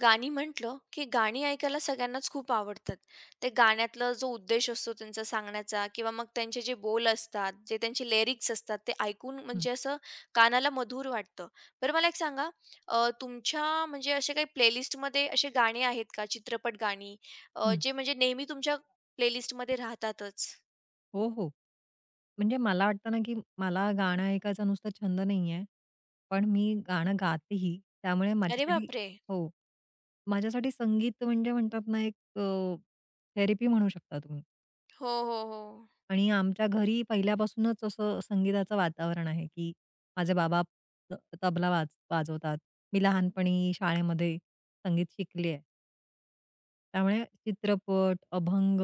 गाणी म्हटलं, की गाणी ऐकायला सगळ्यांनाच खूप आवडतात. ते गाण्यातला जो उद्देश असतो त्यांचा सांगण्याचा किंवा मग त्यांचे जे बोल असतात, जे त्यांचे लिरिक्स असतात, ते ऐकून हं, म्हणजे असं कानाला मधुर वाटतं. बरं मला एक सांगा, तुमच्या म्हणजे असे काही प्लेलिस्टमध्ये असे गाणी आहेत का, चित्रपट गाणी हं. जे म्हणजे नेहमी तुमच्या प्लेलिस्टमध्ये राहतातच? हो, हो. म्हणजे मला वाटतं ना, की मला गाणं ऐकायचा नुसता छंद नाहीये, पण मी गाणं गातेही. त्यामुळे अरे माझ्यासाठी बापरे! हो. माझ्यासाठी संगीत म्हणजे म्हणतात ना, एक थेरपी म्हणू शकता तुम्ही. हो, हो, हो. आणि आमच्या घरी पहिल्यापासूनच असं संगीताचं वातावरण आहे, की माझे बाबा त तबला वाजवतात. मी लहानपणी शाळेमध्ये संगीत शिकली आहे. त्यामुळे चित्रपट, अभंग,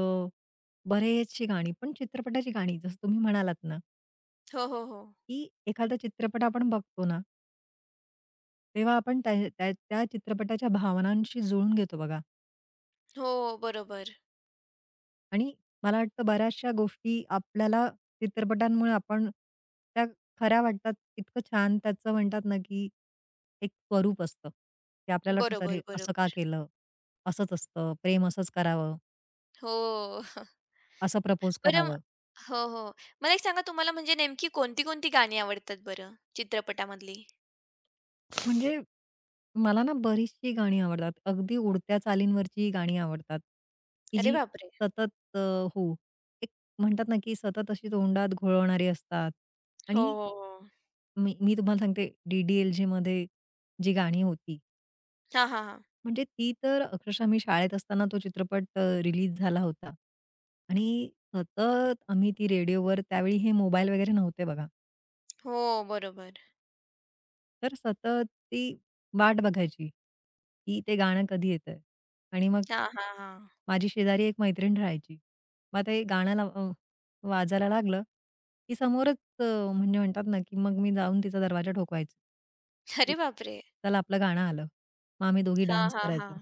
बरेचशी गाणी, पण चित्रपटाची गाणी जसं तुम्ही म्हणालात ना, हो, हो, हो. की एखादा चित्रपट आपण बघतो ना, तेव्हा आपण त्या त्या त्या चित्रपटाच्या भावनांशी जुळून घेतो बघा. हो, बरोबर. आणि मला वाटतं बऱ्याचशा गोष्टी आपल्याला चित्रपटांमुळे आपण त्या खऱ्या वाटतात. इतकं छान त्याचं म्हणतात ना, की एक स्वरूप असतं. ते आपल्याला वाटतं, बरोबर, "अरे, असं का बरोबर. केलं? असंच असतं. प्रेम असंच करावं. हो. असं प्रपोज बरं म करावं." हो, हो. मला एक सांगा तुम्हाला म्हणजे नेमकी कोणती-कोणती गाणी आवडतात बरं चित्रपटामधली? म्हणजे मला ना बरीचशी गाणी आवडतात. अगदी उडत्या चालींवरची गाणी आवडतात, की अरे जी बापरे! सतत हो, एक म्हणतात ना, की सतत अशी तोंडात घोळवणारी असतात. हो, आणि हो, हो. मी मी तुम्हाला सांगते डी-डी-एल-जेमध्ये जी गाणी होती, हां, हां, हां. म्हणजे ती तर अक्षरशः मी शाळेत असताना तो चित्रपट रिलीज झाला होता, आणि सतत आम्ही ती रेडिओवर, त्यावेळी हे मोबाईल वगैरे नव्हते बघा. हो, बरोबर. तर सतत ती वाट बघायची, की ते गाणं कधी येतंय, आणि मग हां, हां, हां. माझी शेजारी एक मैत्रीण राहायची. मग ते गाणं वाजायला लागलं, की समोरच म्हणजे म्हणतात ना, की मग मी जाऊन तिचा दरवाजा ठोकवायचे. अरे की बापरे! चला आपलं गाणं आलं. मग आम्ही दोघी हां, डान्स हां, हां. करायचो.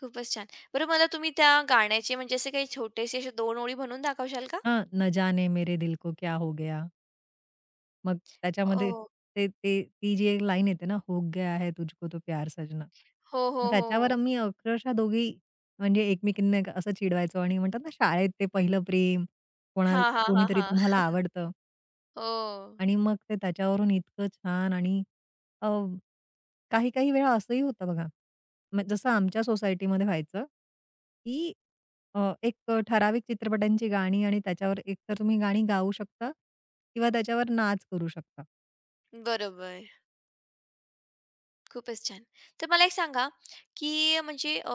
खूपच छान. बरं मला तुम्ही त्या गाण्याचे म्हणजे असे काही छोटेसे असे 2 ओळी म्हणून दाखवशाल का? हां, न जाने मेरे दिल को क्या हो गया. मग त्याच्यामध्ये ओह. ते ते ती जी एक लाईन येते ना, "हो गया है तुझको तो प्यार सजना." हो, मग हो, त्याच्यावर हो. आम्ही अक्षरशः दोघी म्हणजे एकमेकींना एक असं चिडवायचो, आणि म्हणतात ना, शाळेत ते पहिलं प्रेम, कोणा हां, हां, हां, कोणीतरी हां. तुम्हाला आवडतं. हो. आणि मग ते त्याच्यावरून इतकं छान. आणि अ, काही-काही वेळा असंही होतं बघा, मग जसं आमच्या सोसायटीमध्ये व्हायचं, की एक ठराविक चित्रपटांची गाणी आणि त्याच्यावर एकतर तुम्ही गाणी गाऊ शकता किंवा त्याच्यावर नाच करू शकता. बरोबर. खूपच छान. तर मला एक सांगा, की म्हणजे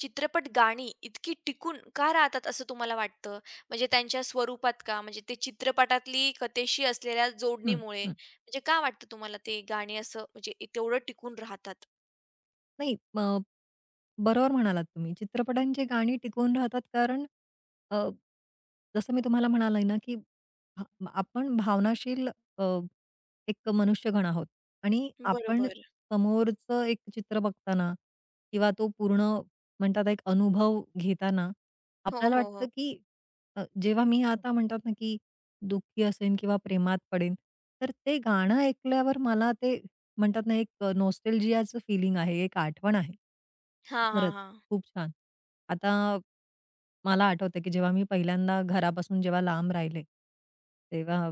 चित्रपट गाणी इतकी टिकून का राहतात असं तुम्हाला वाटतं? म्हणजे त्यांच्या स्वरूपात का? म्हणजे ते चित्रपटातली कथेशी असलेल्या हं, जोडणीमुळे हं. म्हणजे का वाटतं तुम्हाला ते गाणी असं म्हणजे तेवढं टिकून राहतात? नाही अ, बरोबर म्हणालात तुम्ही. चित्रपटांची गाणी टिकून राहतात, कारण अ, जसं मी तुम्हाला म्हणाले ना, की आपण भावनाशील अ, एक मनुष्यगण आहोत, आणि आपण बरोबर. समोरचं एक चित्र बघताना, किंवा तो पूर्ण म्हणतात एक अनुभव घेताना, हो, आपल्याला हो, वाटतं, हो. की जेव्हा मी आता म्हणतात ना, की दुःखी असेन किंवा प्रेमात पडेन, तर ते गाणं ऐकल्यावर मला ते म्हणतात ना, एक नॉस्टॅल्जियाचं फीलिंग आहे, एक आठवण आहे. हां, हां, खरंच, हां. खूप छान. आता मला आठवतं, की जेव्हा मी पहिल्यांदा घरापासून जेव्हा लांब राहिले, तेव्हा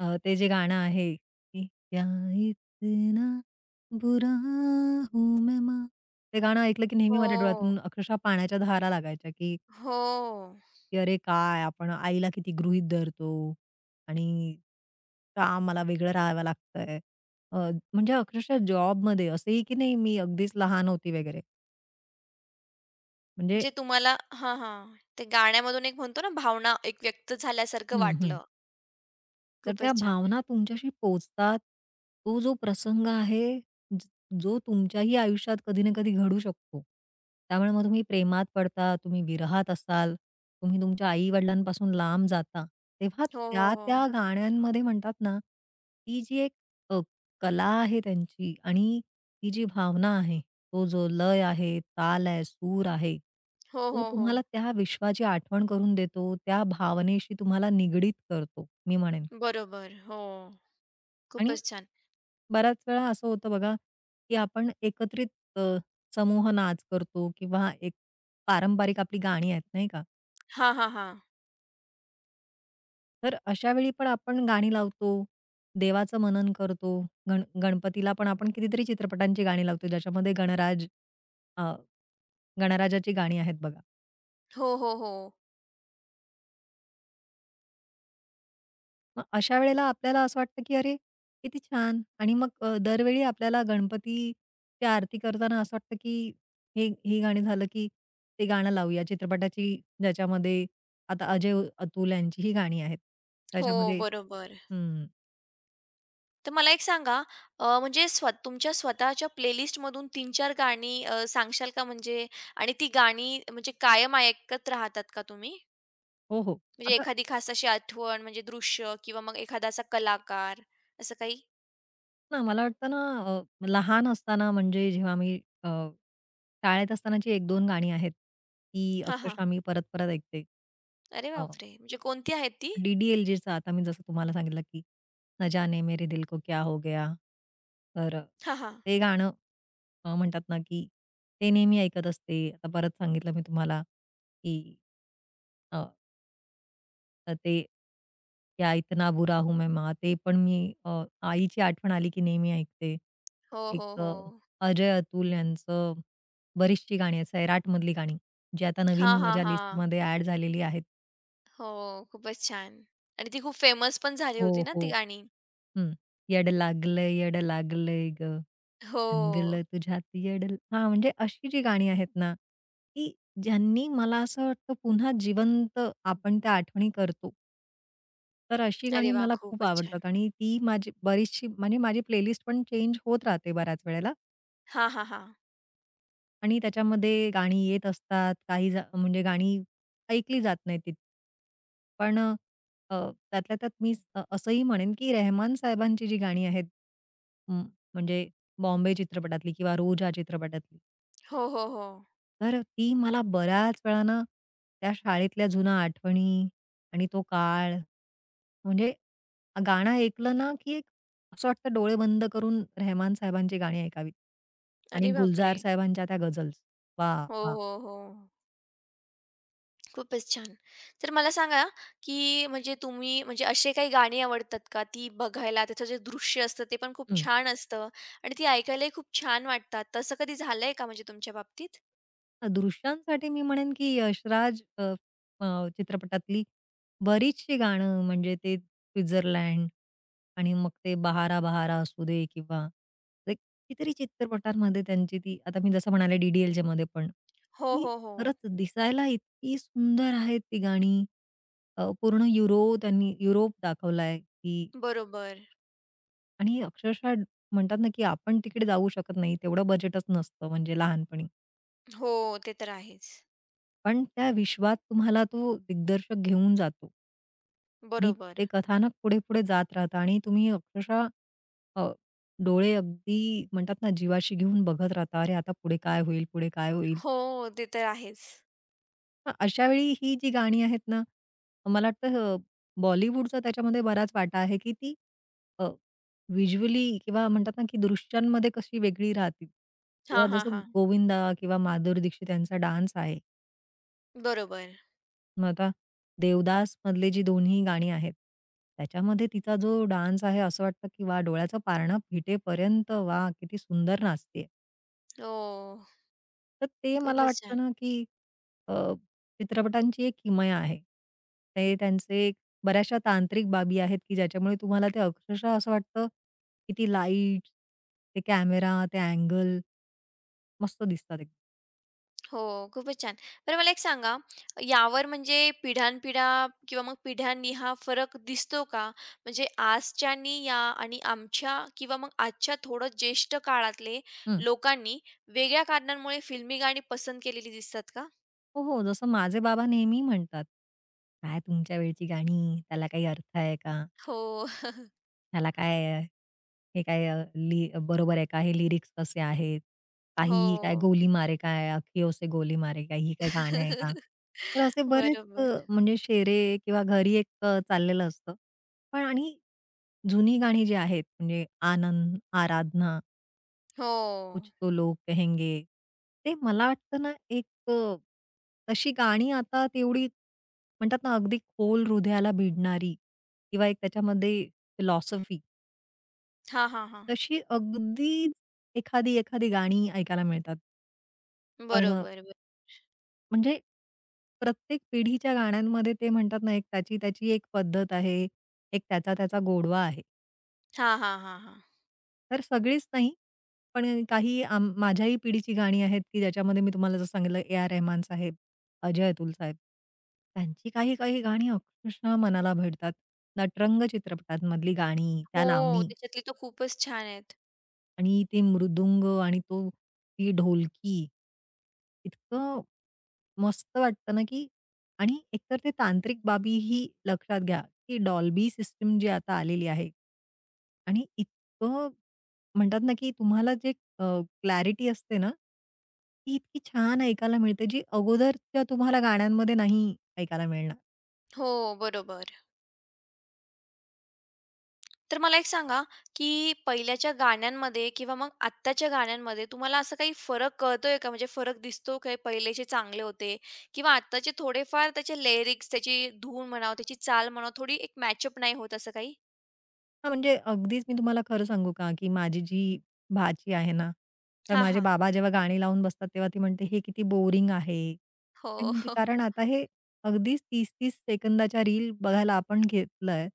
ते जे गाणं आहे, की "क्या इतना बुरा हूँ मैं माँ" ते गाणं ऐकलं, की नेहमी माझ्या हो. डोळ्यातून अक्षरशः पाण्याच्या धारा लागायच्या, की हो. की अरे काय आपण आईला किती गृहीत धरतो, आणि का आम्हाला वेगळं राहावं लागतंय. अ, म्हणजे अक्षरशः जॉबमध्ये असंही की नाही मी अगदीच लहान होती वगैरे. म्हणजे जे तुम्हाला हां, हां. ते गाण्यामधून एक म्हणतो ना भावना एक व्यक्त झाल्यासारखं हं, हं. वाटलं. तर त्या खूपच छान. भावना तुमच्याशी पोहोचतात. तो जो प्रसंग आहे, ज जो तुमच्याही आयुष्यात कधी ना कधी घडू शकतो. त्यामुळे मग तुम्ही प्रेमात पडता, तुम्ही विरहात असाल, तुम्ही तुमच्या आई-वडिलांपासून लांब जाता. तेव्हा हो, हो, त्या, हो. त्या गाण्यांमध्ये म्हणतात ना, ती जी एक अ, कला आहे त्यांची, आणि ती जी भावना आहे, तो जो लय आहे, ताल आहे, सूर आहे, हो, तो हो, हो. तुम्हाला त्या विश्वाची आठवण करून देतो, त्या भावनेशी तुम्हाला निगडीत करतो, मी म्हणेन. बरोबर. हो. आणि खूपच छान. बऱ्याच वेळा असं होतं बघा, की आपण एकत्रित अ, समूह नाच करतो, किंवा एक पारंपरिक आपली गाणी आहेत, नाही का? हां, हां, हां. तर अशा वेळी पण आपण गाणी लावतो, देवाचं मनन करतो. गणपतीला पण आपण कितीतरी चित्रपटांची गाणी लावतो, ज्याच्यामध्ये अ, गणराजाची गाणी आहेत बघा. हो, हो, हो. मग अशा वेळेला आपल्याला असं वाटतं, की अरे, किती छान! आणि मग दरवेळी आपल्याला गणपतीची आरती करताना असं वाटतं, की हे हे गाणं झालं, की ते गाणं लावूया चित्रपटाची, ज्याच्यामध्ये आता अजय अतुल यांची ही गाणी आहेत. हो, त्याच्यामध्ये बरोबर. हं. तर मला एक सांगा म्हणजे तुमच्या स्वतःच्या प्लेलिस्टमधून 3 चार गाणी सांगशाल का म्हणजे आणि ती गाणी म्हणजे कायम ऐकत राहतात का तुम्ही? हो, हो. म्हणजे आता एखादी खास अशी आठवण म्हणजे दृश्य किंवा मग एखादा असा कलाकार असं काही? ना मला वाटतं ना, अ, लहान असताना म्हणजे जेव्हा मी अ, शाळेत असतानाची 1-2 गाणी आहेत, ती हां, हां. अक्षरशः मी परत-परत ऐकते. अरे हो. बापरे! म्हणजे कोणती आहेत ती? डी डी आता मी जसं तुम्हाला सांगितलं, की "ना जाने मेरे दिल को क्या हो गया." तर हां, हां. ते गाणं म्हणतात ना, की ते नेहमी ऐकत असते. आता परत सांगितलं मी तुम्हाला, की अ, तर ते "क्या इतना बुरा हूं मैं मा" ते पण मी अ, आईची आठवण आली की नेहमी ऐकते. हो, एक हो, हो. अजय अतुल यांचं बरीचशी गाणी आहेत, सैराटमधली गाणी, जी आता हां, नवीन हां, माझ्या हां. लिस्टमध्ये ॲड झालेली आहेत. हो, खूपच छान. आणि ती खूप फेमस पण झाली हो, होती ना ती हो. गाणी? हं. "येड लागलंय, येड लागलंय गं, हो. रंगलं तुझ्यात येड." हां, म्हणजे अशी जी गाणी आहेत ना, की ज्यांनी मला असं वाटतं पुन्हा जिवंत आपण त्या आठवणी करतो. तर अशी अरे गाणी वाह! मला खूप खूपच छान. आवडतात, आणि ती माझी बरीचशी म्हणजे माझी प्लेलिस्ट पण चेंज होत राहते बऱ्याच वेळेला. हां, हां, हां. आणि त्याच्यामध्ये गाणी येत असतात, काही म्हणजे गाणी ऐकली जात नाहीत पण अ, अ, त्यातल्या त्यात मी असंही म्हणेन, की रेहमान साहेबांची जी गाणी आहेत, म म्हणजे बॉम्बे चित्रपटातली किंवा रोज या चित्रपटातली, हो, हो, हो. तर ती मला बऱ्याच वेळा ना, त्या शाळेतल्या जुन्या आठवणी, आणि तो काळ, म्हणजे गाणं ऐकलं ना, की एक असं वाटतं डोळे बंद करून रेहमान साहेबांची गाणी ऐकावीत, आणि अरे बापरे! गुलजार साहेबांच्या त्या गझल्स. हो, वाह! हो, हो. खूपच छान. तर मला सांगा, की म्हणजे तुम्ही म्हणजे असे काही गाणी आवडतात का? ती बघायला त्याचं जे दृश्य असतं ते पण खूप हं. छान असतं आणि ती ऐकायलाही खूप छान वाटतात. तसं कधी झालंय का म्हणजे तुमच्या बाबतीत? दृश्यांसाठी मी म्हणेन, की यशराज अ, अ, चित्रपटातली बरीचशी गाणं, म्हणजे ते स्वित्झर्लंड, आणि मग ते बहारा बहारा असू दे, किंवा ते कितीतरी चित्रपटांमध्ये त्यांची, ती आता मी जसं म्हणाले डी-डी-एलच्या मध्ये पण हो, ती हो, हो. खरंच दिसायला इतकी सुंदर आहेत ती गाणी. पूर्ण त्यांनी युरोप दाखवलाय, की बरोबर. आणि अक्षरशः म्हणतात ना, की आपण तिकडे जाऊ शकत नाही, तेवढं बजेटच नसतं म्हणजे लहानपणी. हो, ते तर आहेच. पण त्या विश्वात तुम्हाला तो दिग्दर्शक घेऊन जातो. आणि बरोबर. ते कथानक पुढे-पुढे जात राहतं, आणि तुम्ही अक्षरशः अ, डोळे अगदी म्हणतात ना जीवाशी घेऊन बघत राहता. अरे, आता पुढे काय होईल? पुढे काय होईल? हो, ते तर आहेच. मग अशा वेळी ही जी गाणी आहेत ना, मला वाटतं बॉलिवूडचा त्याच्यामध्ये बराच वाटा आहे, की ती अ, किंवा म्हणतात ना, की दृश्यांमध्ये कशी वेगळी राहतील, हां, किंवा हां, जसं हां. गोविंदा किंवा माधुरी दीक्षित यांचा डान्स आहे. बरोबर. मग आता देवदास मधले जी दोन्ही गाणी आहेत, त्याच्यामध्ये तिचा जो डान्स आहे, असं वाटतं, की वाह! डोळ्याचं पारणं फिटेपर्यंत, वा किती सुंदर नाचतेय. हो. तर ते मला खूपच वाटतं छान. ना, की अ, चित्रपटांची एक किमया आहे. ते त्यांचे बऱ्याचशा तांत्रिक बाबी आहेत, की ज्याच्यामुळे तुम्हाला ते अक्षरशः असं वाटतं, की ती लाईट, ते कॅमेरा, ते अँगल मस्त दिसतात एकदम. हो, खूपच छान. बरं मला एक सांगा, यावर म्हणजे पिढ्यानपिढ्या किंवा मग पिढ्यांनी हा फरक दिसतो का? म्हणजे आजच्यानी या आणि आमच्या किंवा मग आजच्या थोडं ज्येष्ठ काळातले हं. लोकांनी वेगळ्या कारणांमुळे फिल्मी गाणी पसंत केलेली दिसतात का? हो, हो. जसं माझे बाबा नेहमी म्हणतात, "काय तुमच्या वेळची गाणी, त्याला काही अर्थ आहे का? हो, ह्याला काय हे काय अ, ली बरोबर आहे का? हे लिरिक्स कसे आहेत? हो. काहीही काय गोली मारे काय, अखियों से गोली मारे काय, ही काय गाणं आहे का?" तर असे बरेच बरोबर. म्हणजे शेरे किंवा घरी एक चाललेलं असतं. पण आणि जुनी गाणी जी आहेत, म्हणजे आनंद, आराधना, हो. कुछ तो लोग कहेंगे. ते मला वाटतं ना एक अ, तशी गाणी आता तेवढी म्हणतात ना अगदी खोल हृदयाला भिडणारी, किंवा एक त्याच्यामध्ये फिलॉसॉफी, हां, हां, हां. तशी अगदी एखादी-एखादी गाणी ऐकायला मिळतात. पण बरोबर, बरं. म्हणजे प्रत्येक पिढीच्या गाण्यांमध्ये ते म्हणतात ना, एक त्याची-त्याची एक पद्धत आहे, एक त्याचा-त्याचा गोडवा आहे. हां, हां, हां, हां. तर सगळीच नाही, पण काही माझ्याही पिढीची गाणी आहेत, की ज्याच्यामध्ये मी तुम्हाला जसं सांगितलं, ए. आर. रहमान साहेब, अजय अतुल साहेब. त्यांची काही-काही गाणी अक्षरशः मनाला भिडतात. नटरंग चित्रपटांमधली गाणी, हो, त्या लावणी. त्याच्यातली तर खूपच छान आहेत. आणि ते मृदुंग आणि तो ती ढोलकी. इतकं मस्त वाटतं ना, की आणि एकतर ते तांत्रिक बाबी ही लक्षात घ्या, की डॉल्बी सिस्टम जी आता आलेली आहे. आणि इतकं म्हणतात ना, की तुम्हाला जे अ, क्लॅरिटी असते ना, ती इतकी छान ऐकायला मिळते, जी अगोदरच्या तुम्हाला गाण्यांमध्ये नाही ऐकायला मिळणार. हो, बरोबर. तर मला एक सांगा, की पहिल्याच्या गाण्यांमध्ये किंवा मग आत्ताच्या गाण्यांमध्ये तुम्हाला असा काही फरक कळतोय का? म्हणजे फरक दिसतो का? पहिलेचे चांगले होते किंवा आत्ताचे थोडेफार त्याचे लिरिक्स, त्याची धून म्हणावं, त्याची चाल म्हणावं, थोडी एक मॅचअप नाही होत असं काही? हां, म्हणजे अगदीच मी तुम्हाला खरं सांगू का, की माझी जी भाची आहे ना, तर हां, माझे हां. बाबा जेव्हा गाणी लावून बसतात, तेव्हा ती म्हणते, "हे किती बोरिंग आहे." हो. ते म्हणजे कारण आता हे अगदीच 30-30 सेकंदाच्या रील बघायला आपण घेतलंय,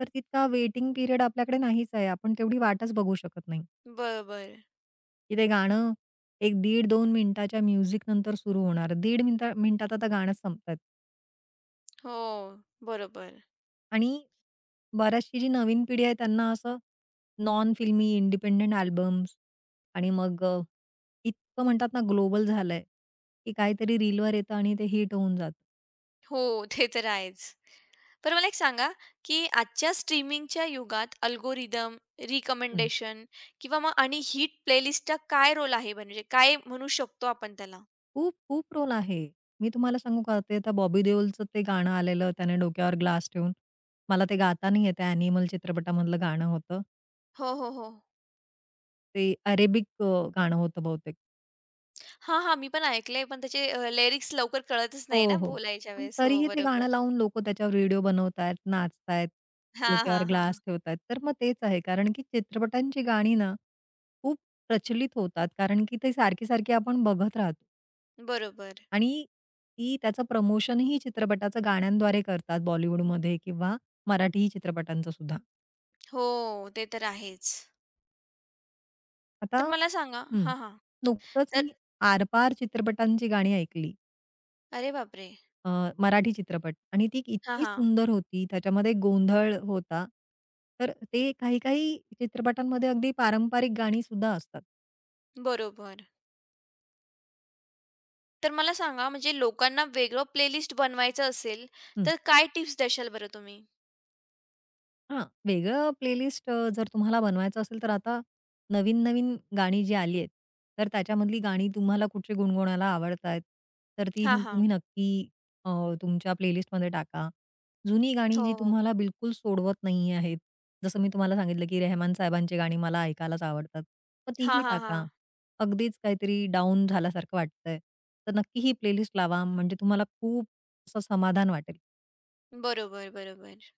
तर तितका वेटिंग पिरियड आपल्याकडे नाहीच आहे. आपण तेवढी वाटच बघू शकत नाही, बरोबर. की ते गाणं एक 1.5-2 मिनिटाच्या म्युझिक नंतर सुरू होणार. 1.5 मिनिटा मिनिटात आता गाणं संपत. हो. बरोबर. आणि बऱ्याचशी जी नवीन पिढी आहे त्यांना असं नॉन फिल्मी इंडिपेंडंट अल्बम्स, आणि मग इतकं म्हणतात ना ग्लोबल झालंय, की काहीतरी रीलवर येतं आणि ते हिट होऊन जातं. हो, ते तर आहेच. पण मला एक सांगा, की आजच्या स्ट्रीमिंगच्या युगात अल्गोरिदम, हं. रिकमेंडेशन किंवा मग आणि हिट प्लेलिस्टचा काय रोल आहे? म्हणजे काय म्हणू शकतो आपण त्याला? खूप खूप रोल आहे. मी तुम्हाला सांगू का, ते आता बॉबी देओलचं ते गाणं आलेलं त्याने डोक्यावर ग्लास ठेवून. मला ते गाता नाही येत, अॅनिमल चित्रपटामधलं गाणं होतं. हो, हो, हो. ते अरेबिक गाणं होतं बहुतेक. हां, हां. मी पण ऐकलंय, पण त्याचे लिरिक्स लवकर कळतच नाही हो, ना हो. बोलायच्या पण वेळेस. हो, तरीही ते बरोबर. गाणं लावून लोकं त्याच्यावर व्हिडिओ बनवतायत, नाचतायत, हां, डोक्यावर हां, हां. ग्लास ठेवतायत. तर मग तेच आहे, कारण की चित्रपटांची गाणी ना, खूप प्रचलित होतात, कारण की ते सारखी-सारखी आपण बघत राहतो. बरोबर. आणि ती त्याचं प्रमोशनही चित्रपटाचं गाण्यांद्वारे करतात बॉलिवूडमध्ये किंवा मराठी चित्रपटांचं सुद्धा. हो, ते तर आहेच. आता तर मला सांगा हं, हां, हां. नुकतंच तर मी आरपार चित्रपटांची गाणी ऐकली. अरे बापरे! अ, मराठी चित्रपट, आणि ती हां, इतकी हां. सुंदर होती, त्याच्यामध्ये गोंधळ होता. तर ते काही-काही चित्रपटांमध्ये अगदी पारंपरिक गाणी सुद्धा असतात. बरोबर. तर मला सांगा म्हणजे लोकांना वेगळं प्लेलिस्ट बनवायचं असेल, तर काय टिप्स द्याल बरं तुम्ही? हां, वेगळं प्लेलिस्ट जर तुम्हाला बनवायचं असेल, तर आता नवीन-नवीन गाणी जी आली आहेत, तर त्याच्यामधली गाणी तुम्हाला कुठची गुणगुणायला आवडतायत, तर ती हां, हां. तुम्ही नक्की अ, तुमच्या प्लेलिस्टमध्ये टाका. जुनी गाणी हो, जी हो. तुम्हाला बिलकुल सोडवत नाही आहेत, जसं मी तुम्हाला सांगितलं, की रेहमान साहेबांची गाणी मला ऐकायलाच आवडतात, मग हां, तीही हां, टाका. हां. अगदीच काहीतरी डाऊन झाल्यासारखं वाटतंय, तर नक्की ही प्लेलिस्ट लावा, म्हणजे तुम्हाला खूप असं समाधान वाटेल. बरोबर, बरोबर.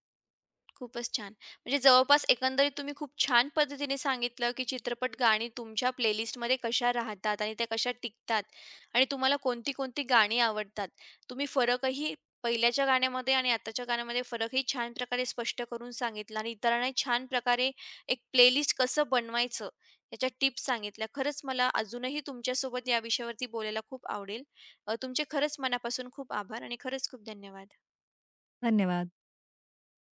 खूपच छान. म्हणजे जवळपास एकंदरीत तुम्ही खूप छान पद्धतीने सांगितलं, की चित्रपट गाणी तुमच्या प्लेलिस्टमध्ये कशा राहतात आणि त्या कशा टिकतात आणि तुम्हाला कोणती-कोणती गाणी आवडतात. तुम्ही फरकही पहिल्याच्या गाण्यामध्ये आणि आताच्या गाण्यामध्ये फरकही छान प्रकारे स्पष्ट करून सांगितला आणि इतरांनाही छान प्रकारे एक प्लेलिस्ट कसं बनवायचं, याच्या टिप्स सांगितल्या. खरंच मला अजूनही तुमच्यासोबत या विषयावरती बोलायला खूप आवडेल. तुमचे खरंच मनापासून खूप आभार आणि खरंच खूप धन्यवाद. धन्यवाद.